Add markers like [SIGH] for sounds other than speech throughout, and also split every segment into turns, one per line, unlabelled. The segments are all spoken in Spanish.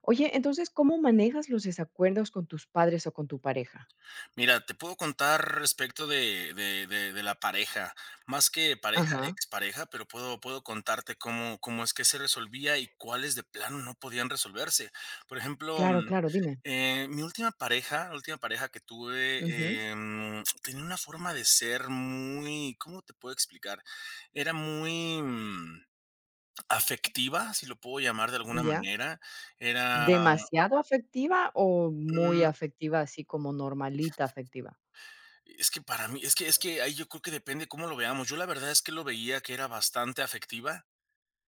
Oye, entonces, ¿cómo manejas los desacuerdos con tus padres o con tu pareja?
Mira, te puedo contar respecto de la pareja, más que pareja,
Ajá.
expareja, pero puedo contarte cómo es que se resolvía y cuáles de plano no podían resolverse. Por ejemplo,
Claro, claro, dime.
mi última pareja que
Ujú,
tuve, tenía una forma de ser muy, ¿cómo te puedo explicar? Era muy, afectiva, si lo puedo llamar de alguna
ya.
manera. Era,
¿Demasiado afectiva o muy
mm
afectiva, así como normalita afectiva?
Es que para mí es que ahí yo creo que depende cómo lo veamos. Yo la verdad es que lo veía que era bastante afectiva,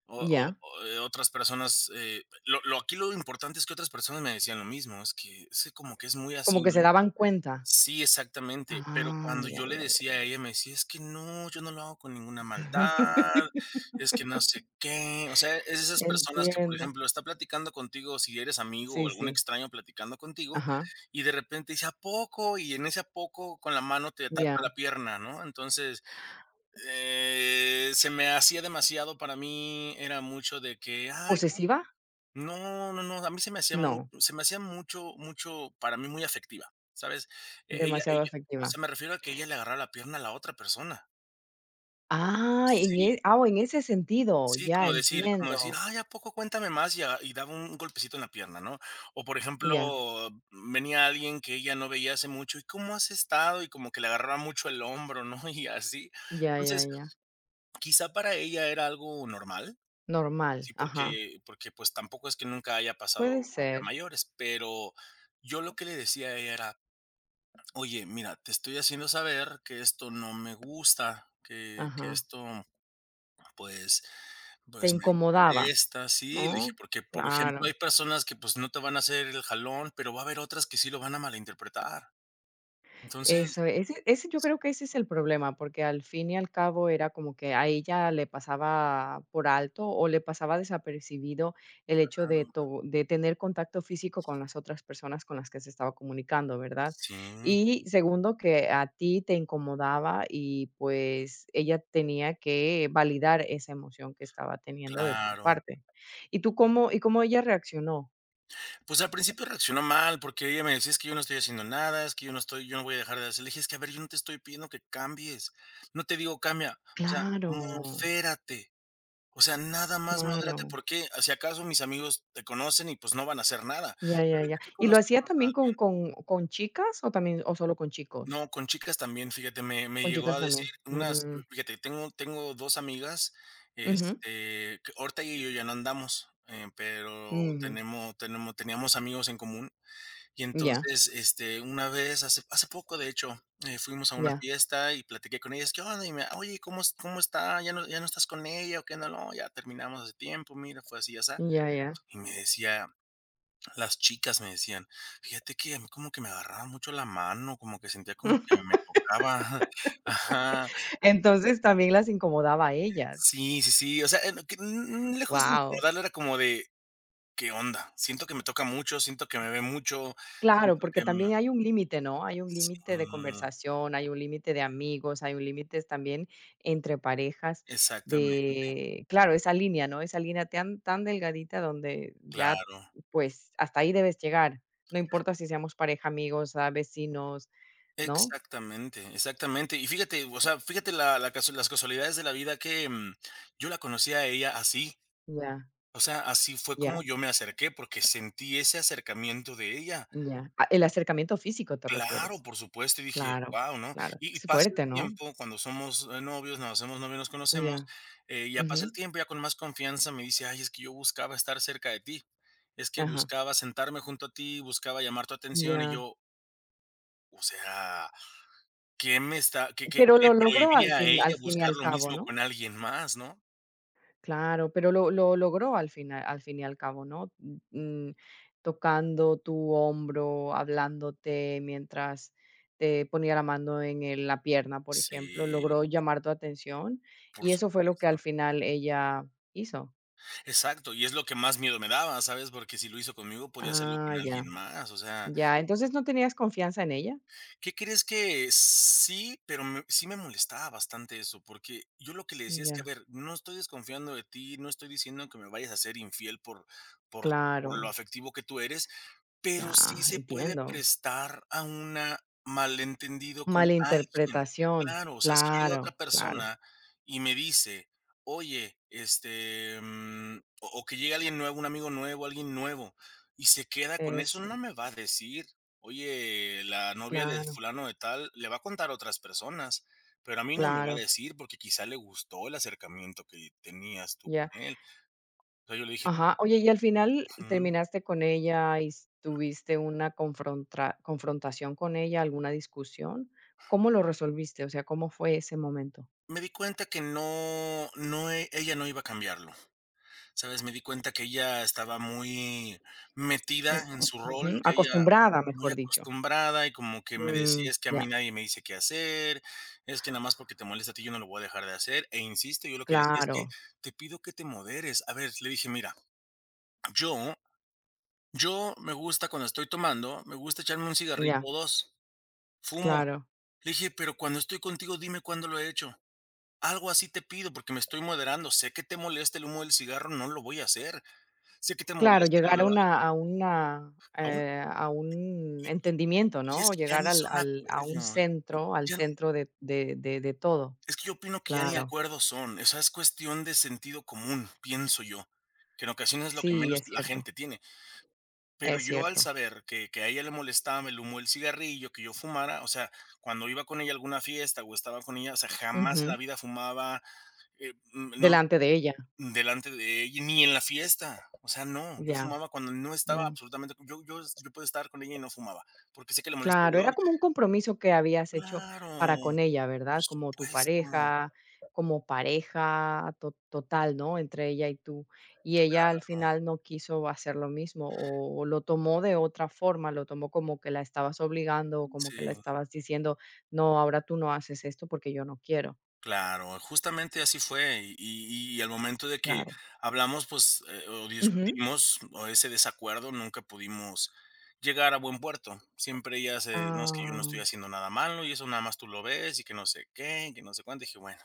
Ya.
otras personas, lo aquí lo importante es que otras personas me decían lo mismo, es que como que es muy así,
Como que se
¿no?
daban cuenta.
Sí, exactamente, pero
Ah,
cuando
ya,
yo le
ya,
decía a ella, me decía: "Es que no, yo no lo hago con ninguna
ya.
maldad,
[LAUGHS]
es que no sé qué". O sea, es esas personas que, por
Entiendo.
ejemplo, está platicando contigo, si eres amigo o
Sí,
algún
sí.
extraño platicando contigo,
Ajá,
y de repente dice: "¿A poco?". Y en ese "a poco" con la mano te ataca
ya.
la pierna, ¿no? Entonces, se me hacía demasiado. Para mí, era mucho de que: "Ay,
¿Posesiva?
no, no, no, a mí
No,
se me hacía mucho mucho, para mí muy afectiva, ¿sabes?". E ella
demasiado
ella, o
afectiva.
sea, me refiero a que ella le agarraba la pierna a la otra persona.
Ah,
Sí,
en ese sentido,
sí,
ya
como decir:
entiendo.
"Ay, ¿a poco? Cuéntame más", y daba un golpecito en la pierna, ¿no? O, por
Ya,
ejemplo, venía alguien que ella no veía hace mucho: "¿Y cómo has estado?", y como que le agarraba mucho el hombro, ¿no? [LAUGHS] Y así.
ya, ya,
Entonces,
ya.
quizá para ella era algo normal.
Normal,
Sí,
ajá.
porque, pues, tampoco es que nunca haya
Puede
pasado como que a
ser,
mayores, pero yo lo que le decía a ella era: "Oye, mira, te estoy haciendo saber que esto no me gusta, que
ajá.
esto, pues
Te
pues, me
incomodaba,
molesta", sí, le dije,
¿no?
porque, por ejemplo, hay
Claro.
personas que, pues, no te van a hacer el jalón, pero va a haber otras que sí lo van a malinterpretar. Entonces,
Eso, ese ese yo creo que ese es el problema, porque al fin y al cabo era como que a ella le pasaba por alto o le pasaba desapercibido el hecho de
claro,
to de tener contacto físico con las otras personas con las que se estaba comunicando, ¿verdad?
sí,
Y segundo, que a ti te incomodaba y, pues, ella tenía que validar esa emoción que estaba teniendo de tu
claro.
parte. ¿Y tú cómo y cómo ella reaccionó?
Pues, al principio reaccionó mal, porque ella me decía: "Es que yo no estoy haciendo nada, es que yo no estoy yo no voy a dejar de hacer". Le dije: "Es que, a ver, yo no te estoy pidiendo que cambies, no te digo cambia, o sea,
Claro,
modérate, o sea, nada más modérate,
claro.
porque si acaso mis amigos te conocen y, pues, no van a hacer nada".
Ya, ya,
Pero el
ya.
que
¿Y lo hacía
conocimos a
también con chicas o también o solo con chicos?
No, con chicas también, fíjate, me
Con
llegó
chicas
a decir
también.
unas.
Mm,
Fíjate, tengo 2 amigas,
ujú,
este, que ahorita ella y yo ya no andamos, pero
ujú.
tenemos tenemos teníamos amigos en común. Y
Ya,
entonces, este, una vez hace poco, de hecho, fuimos a una
ya,
fiesta y platiqué con ellas, ¿qué onda? Y me, oye, ¿cómo está? ¿Ya no ¿Ya no estás con ella o qué? No No, ya terminamos hace tiempo, mira, fue así, ya está.
ya, ya.
Y me decía, las chicas me decían, fíjate que a mí como que me agarraba mucho la mano, como que sentía como que me tocaba. [LAUGHS] Ajá,
[LAUGHS] Entonces, también las incomodaba a ellas.
sí, sí, sí, o sea, que n lejos de
Wow.
incomodarla era como de, ¿qué onda? Siento que me toca mucho, siento que me ve mucho,
Claro,
siento
porque
que me
también hay un límite, ¿no? Hay un
sí,
límite de conversación, hay un límite de amigos, hay un límite también entre parejas
exactamente.
de, claro, esa línea, ¿no? Esa línea tan, tan delgadita donde ya,
Claro,
pues, hasta ahí debes llegar. No importa si seamos pareja, amigos, ah, vecinos, ¿no?
exactamente, exactamente. Y fíjate, o sea, fíjate la la casu las casualidades de la vida que, yo la conocí a ella así,
Ya,
o sea, así fue como
ya,
yo me acerqué, porque sentí ese acercamiento de ella.
ya. Ah, el acercamiento físico te
Claro,
refieres.
por supuesto, y dije:
Claro,
"Guau", ¿no?
claro.
Y
Es
pasa el
fuerte, ¿no?
tiempo, cuando somos, novios, nos hacemos novios, nos conocemos,
Ya.
ya pasa
Ujú,
el tiempo, ya con más confianza me dice: "Ay, es que yo buscaba estar cerca de ti, es que
ajá.
buscaba sentarme junto a ti, buscaba llamar tu atención", y
Ya.
yo, o sea, ¿qué me está qué
Pero
le
lo logró
prohibía a
al
ella
fin y
buscar
al
lo
cabo,
mismo
¿no?
con alguien más, no?
Claro, pero lo logró al final al fin y al cabo, ¿no? Mm, tocando tu hombro, hablándote mientras te ponía la mano en el la pierna, por ejemplo,
Sí,
logró llamar tu atención,
por
y eso fue lo que
supuesto.
al final ella hizo.
Exacto, y es lo que más miedo me daba, ¿sabes? Porque si lo hizo conmigo, podía hacerlo
Ah,
con
ya,
alguien más, o sea,
ya, entonces, ¿no tenías confianza en ella?
¿qué crees que sí? Pero me sí me molestaba bastante eso, porque yo lo que le decía es que: "A
Ya,
ver, no estoy desconfiando de ti, no estoy diciendo que me vayas a ser infiel por por por lo
claro,
afectivo que tú eres".
ya,
Pero sí se puede
entiendo.
prestar a un malentendido con alguien.
Malinterpretación,
Claro, o sea, si llega
claro,
otra
claro,
persona y me dice: "Oye, este", o que llega alguien nuevo, un amigo nuevo, alguien nuevo, y se queda con eso,
eso,
no me va a decir: "Oye, la novia de
claro,
fulano de tal", le va a contar a otras personas, pero a mí no me va a
claro,
decir, porque quizá le gustó el acercamiento que tenías tú con
ya.
él. Entonces yo le dije:
Ajá. Oye, y al final
"Ujú".
terminaste con ella y s tuviste una confrontra confrontación con ella, alguna discusión, ¿cómo lo resolviste? O sea, ¿cómo fue ese momento?
Me di cuenta que ella no iba a cambiarlo, ¿sabes? Me di cuenta que ella estaba muy metida
Mm,
en
mm,
su rol,
ujú,
que ella
acostumbrada,
muy
mejor dicho.
acostumbrada y como que me decía:
Mm,
"Es que a
ya,
mí nadie me dice qué hacer, es que nada más porque te molesta a ti, yo no lo voy a dejar de hacer", e insisto, yo lo que decía: "Es que
claro,
te pido que te moderes". A ver, le dije: "Mira, yo yo me gusta cuando estoy tomando, me gusta echarme un cigarrito
ya,
o dos, fumo".
claro.
Le dije: "Pero cuando estoy contigo, dime cuándo lo he hecho". Algo así te pido, porque me estoy moderando. Sé que te molesta el humo del cigarro, no lo voy a hacer. Sé que te
Claro,
molesta el
llegar a
olor de- aún
a un
y
entendimiento,
es
¿no? O
que ya
llegar
ni
al
son
al a un
acuerdos,
centro, al
ya n-
centro de todo.
es que yo opino que ya ni
Claro.
acuerdos son. Esa es cuestión de sentido común, pienso yo, que en ocasiones es lo que
Sí,
menos
es
la
cierto,
gente tiene. Pero
es
yo al
cierto.
saber que a ella le molestaba el humo del cigarrillo, que yo fumara, o sea, cuando iba con ella a alguna fiesta o estaba con ella, o sea, jamás en la vida fumaba, no
Delante de ella,
delante de ella, ni en la fiesta. O sea, no, yo
ya,
fumaba cuando no estaba
mm,
absolutamente. Yo puedo estar con ella y no fumaba, porque sé que le molesta el
claro,
olor.
era como un compromiso que habías hecho
Claro,
para con ella,
por
¿verdad? Como tu
supuesto. No,
pareja, como pareja to total, ¿no? Entre ella y tú. Y ella al final no quiso hacer lo mismo, o lo tomó de otra forma, lo tomó como que la estabas obligando, o como
sí,
que la estabas diciendo: "No, ahora tú no haces esto porque yo no quiero".
claro, justamente así fue. Y al momento de que
Claro.
hablamos, pues, o
Ujú.
discutimos, o ese desacuerdo, nunca pudimos llegar a buen puerto. Siempre ella se: "No, es que yo no
Ah,
estoy haciendo nada malo, y eso nada más tú lo ves, y que no sé qué, que no sé cuánto". Dije: "Bueno".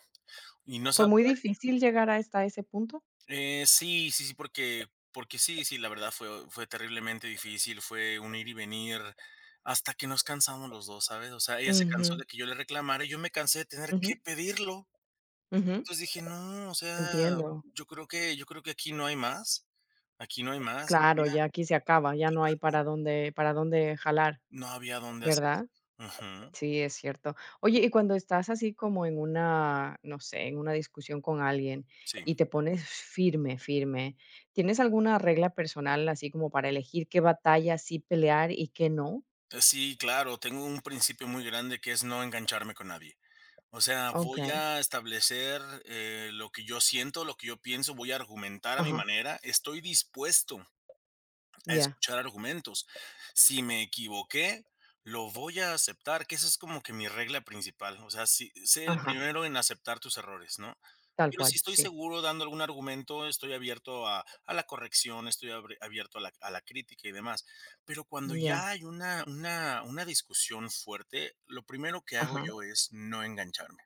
Y no se
¿fue
va a
muy
poder.
difícil llegar hasta ese punto?
Sí, sí, sí, porque sí, sí, la verdad fue terriblemente difícil, fue un ir y venir hasta que nos cansamos los 2, ¿sabes? O sea, ella se cansó
Ujú,
de que yo le reclamara y yo me cansé de tener que
ujú,
pedirlo.
ujú,
Entonces dije: "No, o sea,
entiendo.
yo creo que aquí no hay más, aquí no hay más", y
Claro,
ya
ya aquí se acaba, ya no hay para dónde jalar,
no había dónde hacerse.
¿verdad?
Ujú,
Sí, es cierto. Oye, y cuando estás así como en una, no sé, en una discusión con alguien
sí.
y te pones firme, firme, ¿tienes alguna regla personal así como para elegir qué batalla sí pelear y qué no?
Sí, claro, tengo un principio muy grande que es no engancharme con nadie. O sea, voy
Okey.
a establecer, lo que yo siento, lo que yo pienso, voy a argumentar a mi
Ajá.
manera. Estoy dispuesto a
Ya.
escuchar argumentos. Si me equivoqué, lo voy a aceptar, que esa es como que mi regla principal. O sea, si sé el
Ajá.
primero en aceptar tus errores, ¿no?
Tal
Pero si
cual,
estoy
sí.
seguro dando algún argumento, estoy abierto a la corrección, estoy abre abierto a la crítica y demás. Pero cuando
Ya.
ya hay una discusión fuerte, lo primero que hago
Ajá.
yo es no engancharme.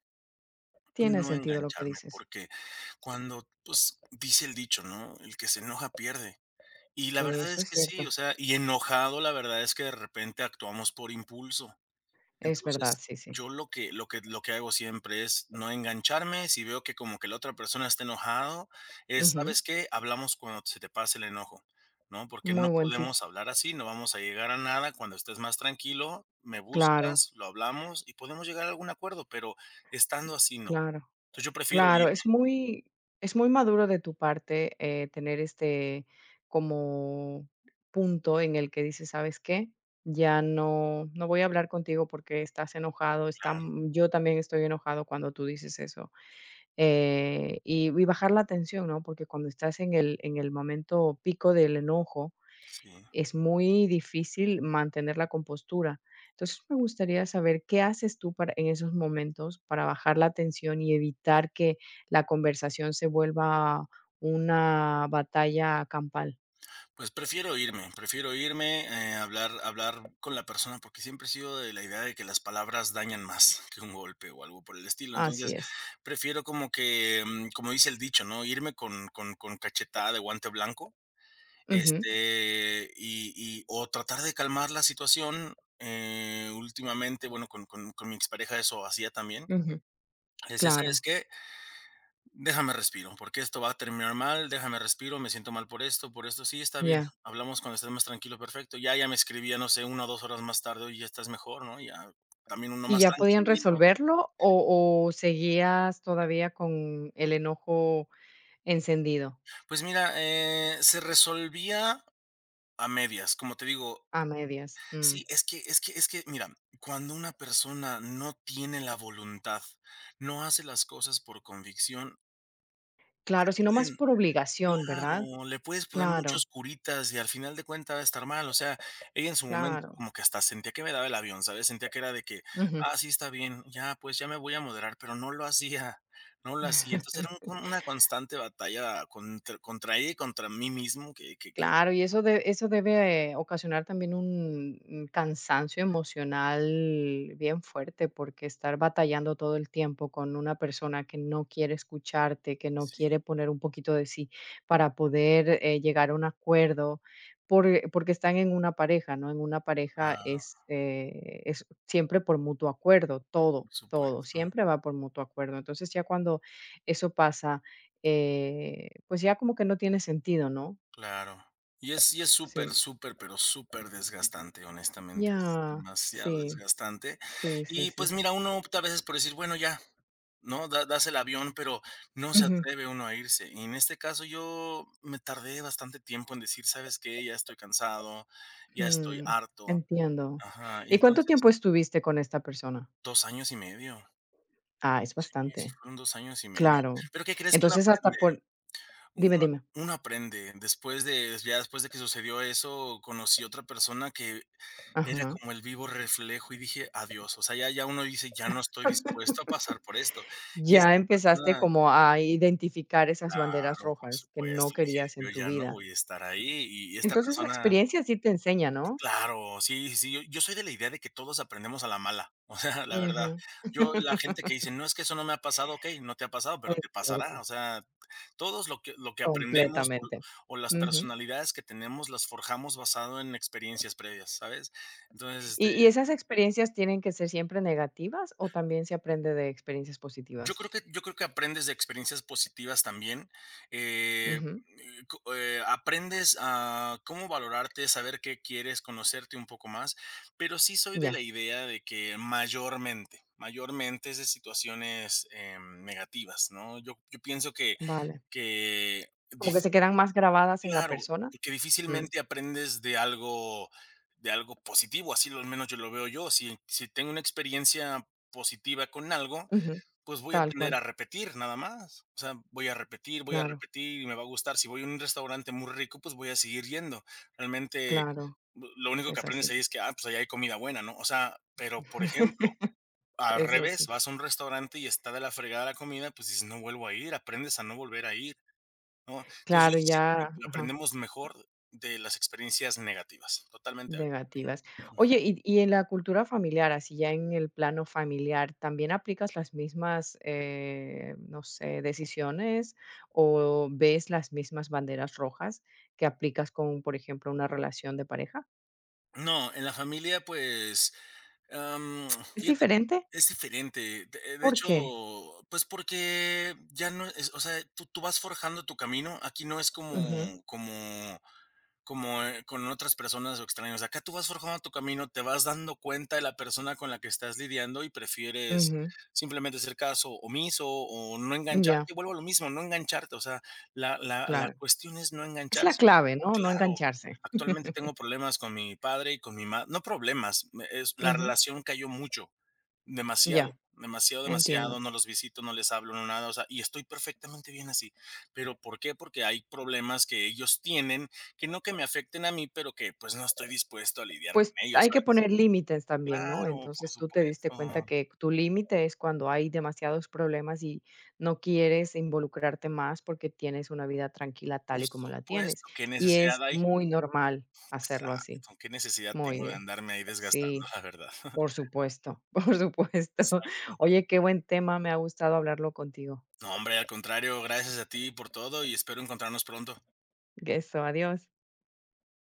Tiene
No
sentido lo que
engancharme,
dices.
porque
Sí,
cuando, pues, dice el dicho, ¿no? El que se enoja pierde. Y la verdad
eso
es
es
que sí, o
cierto.
sea, y enojado, la verdad es que de repente actuamos por impulso.
Es verdad,
Entonces,
sí, sí.
yo lo que hago siempre es no engancharme, si veo que como que la otra persona está enojado, es,
Ujú.
¿sabes qué? Hablamos cuando se te pase el enojo, ¿no? Porque
Muy
no
buen tip.
podemos hablar así, no vamos a llegar a nada. Cuando estés más tranquilo, me
Claro,
buscas, lo hablamos y podemos llegar a algún acuerdo, pero estando así no.
claro.
Entonces, yo prefiero
Claro,
irme,
es muy maduro de tu parte, tener este como punto en el que dices: "¿Sabes qué? Ya no voy a hablar contigo porque estás enojado,
claro,
yo también estoy enojado", cuando tú dices eso. Y bajar la tensión, ¿no? Porque cuando estás en el momento pico del enojo,
sí.
es muy difícil mantener la compostura. Entonces, me gustaría saber qué haces tú para en esos momentos para bajar la tensión y evitar que la conversación se vuelva una batalla campal.
Pues prefiero irme, hablar con la persona, porque siempre he sido de la idea de que las palabras dañan más [LAUGHS] que un golpe o algo por el estilo.
Así
Entonces,
es.
prefiero como que, como dice el dicho, ¿no? Irme con con cachetada de guante blanco,
Ujú,
este, y o tratar de calmar la situación, últimamente, bueno, con con mi expareja eso hacía también.
ujú.
Le decía: "¿Sabes
Claro,
qué? Déjame respiro, porque esto va a terminar mal, déjame respiro, me siento mal por esto, sí, está bien,
ya.
hablamos cuando estés más tranquilo, perfecto, ya, ya me escribía, no sé, una o 2 horas más tarde, oye, ya estás mejor, ¿no?". Ya, también uno
¿Y
más
ya podían
tranquilo.
resolverlo o seguías todavía con el enojo encendido
Pues mira, se resolvía a medias, como te digo,
a medias? Mm.
sí, es que, mira, cuando una persona no tiene la voluntad, no hace las cosas por convicción,
Claro, sino más
pueden.
por obligación, ¿verdad?
Claro, le puedes poner muchos
Claro,
curitas y al final de cuentas va a estar mal. O sea, ella en su momento
claro.
como que hasta sentía que me daba el avión, ¿sabes? Sentía que era de que,
Ujú.
ah, sí, está bien, ya, pues ya me voy a moderar, pero no lo hacía. Entonces era un una constante batalla contra ella y contra mí mismo, que,
Claro, y eso de eso debe ocasionar también un cansancio emocional bien fuerte, porque estar batallando todo el tiempo con una persona que no quiere escucharte, que no
sí,
quiere poner un poquito de sí para poder, llegar a un acuerdo, por porque están en una pareja, ¿no? En una pareja
claro,
es siempre por mutuo acuerdo, todo,
por
todo,
supuesto.
siempre va por mutuo acuerdo. Entonces, ya cuando eso pasa, pues ya como que no tiene sentido, ¿no?
Claro. Y es súper,
Sí.
súper, pero súper desgastante, honestamente, es
Ya,
demasiado
sí,
desgastante.
sí, sí,
Y,
sí.
pues, mira, uno opta a veces por decir: "Bueno, ya", ¿no? Da, das el avión, pero no se
Ujú,
atreve uno a irse. Y en este caso, yo me tardé bastante tiempo en decir: "¿Sabes qué? Ya estoy cansado, ya estoy
mm,
harto".
entiendo.
Ajá, y
¿Y cuánto
entonces
tiempo estuviste con esta persona?
2 años y medio.
Ah, es
Sí, sí
bastante,
fueron dos años y medio.
claro.
Pero, ¿qué crees? Que uno
Entonces, hasta
aprende.
por
Uno
dime, dime.
uno aprende. Después de ya después de que sucedió eso, conocí otra persona que era
Ajá.
como el vivo reflejo y dije: "Adiós". O sea, ya uno dice: "Ya no estoy dispuesto a pasar por esto". Y
Ya
esta
empezaste
persona,
como a identificar esas banderas
claro, por
rojas que
supuesto,
no
dije:
querías en
"Yo
tu
ya no
vida.
voy a estar ahí". Y esta
Entonces, la
persona,
experiencia sí te enseña, ¿no?
claro, sí, sí, sí, yo soy de la idea de que todos aprendemos a la mala, [LAUGHS] o sea, la verdad.
Ujú.
Yo la gente que
[LAUGHS]
dice: "No, es que eso no me ha pasado", ¿ok? No te ha pasado, pero
Es
te
cierto,
pasará, o sea, todos lo que aprendemos
completamente.
o las
Ujú.
personalidades que tenemos las forjamos basado en experiencias previas, ¿sabes? Entonces,
¿Y
este,
y esas experiencias tienen que ser siempre negativas o también se aprende de experiencias
Yo
positivas?
creo que yo creo que aprendes de experiencias positivas también, eh,
Ujú,
co aprendes a cómo valorarte, saber qué quieres, conocerte un poco más, pero sí soy de la
ya,
idea de que mayormente es de situaciones, negativas, ¿no? Yo pienso
vale.
que
Como que
dif
se quedan más grabadas en la
claro,
persona.
que
Mm,
difícilmente aprendes de algo positivo, así lo al menos yo lo veo yo. Si tengo una experiencia positiva con algo,
ujú,
pues, voy a
tal
tender
cual.
a repetir, nada más. O sea, voy a
Claro,
repetir y me va a gustar. Si voy a un restaurante muy rico, pues, voy a seguir yendo. Realmente,
claro,
b lo único que
es
aprendes
así.
ahí es que, ah, pues, allá hay comida buena, ¿no? O sea, pero, por ejemplo,
[LAUGHS]
al
Eso
revés,
sí.
vas a un restaurante y está de la fregada la comida, pues, dices: "No vuelvo a ir", aprendes a no volver a ir, ¿no? Entonces, yo
Claro,
sí siento que
ya ajá.
aprendemos mejor de las experiencias negativas, totalmente de acuerdo.
Negativas. Oye, y en la cultura familiar, así ya en el plano familiar, ¿también aplicas las mismas, no sé, decisiones o ves las mismas banderas rojas que aplicas con, por ejemplo, una relación de pareja?
No, en la familia, pues Am,
¿Es
fíjate,
diferente?
es diferente. De
¿Por qué?
hecho, pues, porque ya no es, o sea, tú vas forjando tu camino. Aquí no es
Ujú,
como, con otras personas o extraños. Acá tú vas forjando tu camino, te vas dando cuenta de la persona con la que estás lidiando y prefieres
ujú,
simplemente hacer caso omiso o no engancharte.
ya,
Y vuelvo a lo mismo, no engancharte. O sea, la
claro.
cuestión es no
Es la
engancharse. Yo.
clave, ¿no? No
Claro.
engancharse.
Actualmente tengo problemas con mi padre y con mi madre, no problemas, me es, la
Ujú,
relación cayó mucho, demasiado,
ya,
demasiado, demasiado,
entiendo.
no los visito, no les hablo, no nada, o sea, y estoy perfectamente bien así, ¿pero por qué? Porque hay problemas que ellos tienen, que no que me afecten a mí, pero que, pues, no estoy dispuesto a lidiar con
Pues,
ellos,
hay que
¿sabes?
poner límites también, ¿no?
Claro,
Entonces, tú te diste cuenta que tu límite es cuando hay demasiados problemas y no quieres involucrarte más porque tienes una vida tranquila tal
por
y como la tienes.
supuesto, ¿qué
Y es
necesidad hay?
muy normal hacerlo así.
Exacto, ¿qué necesidad
Muy
tengo de
bien.
andarme ahí desgastando,
Sí,
la verdad?
por
[LAUGHS]
supuesto, [LAUGHS] por supuesto.
Exacto.
Oye, qué buen tema, me ha gustado hablarlo contigo.
No, hombre, al contrario, gracias a ti por todo y espero encontrarnos pronto.
Eso, adiós.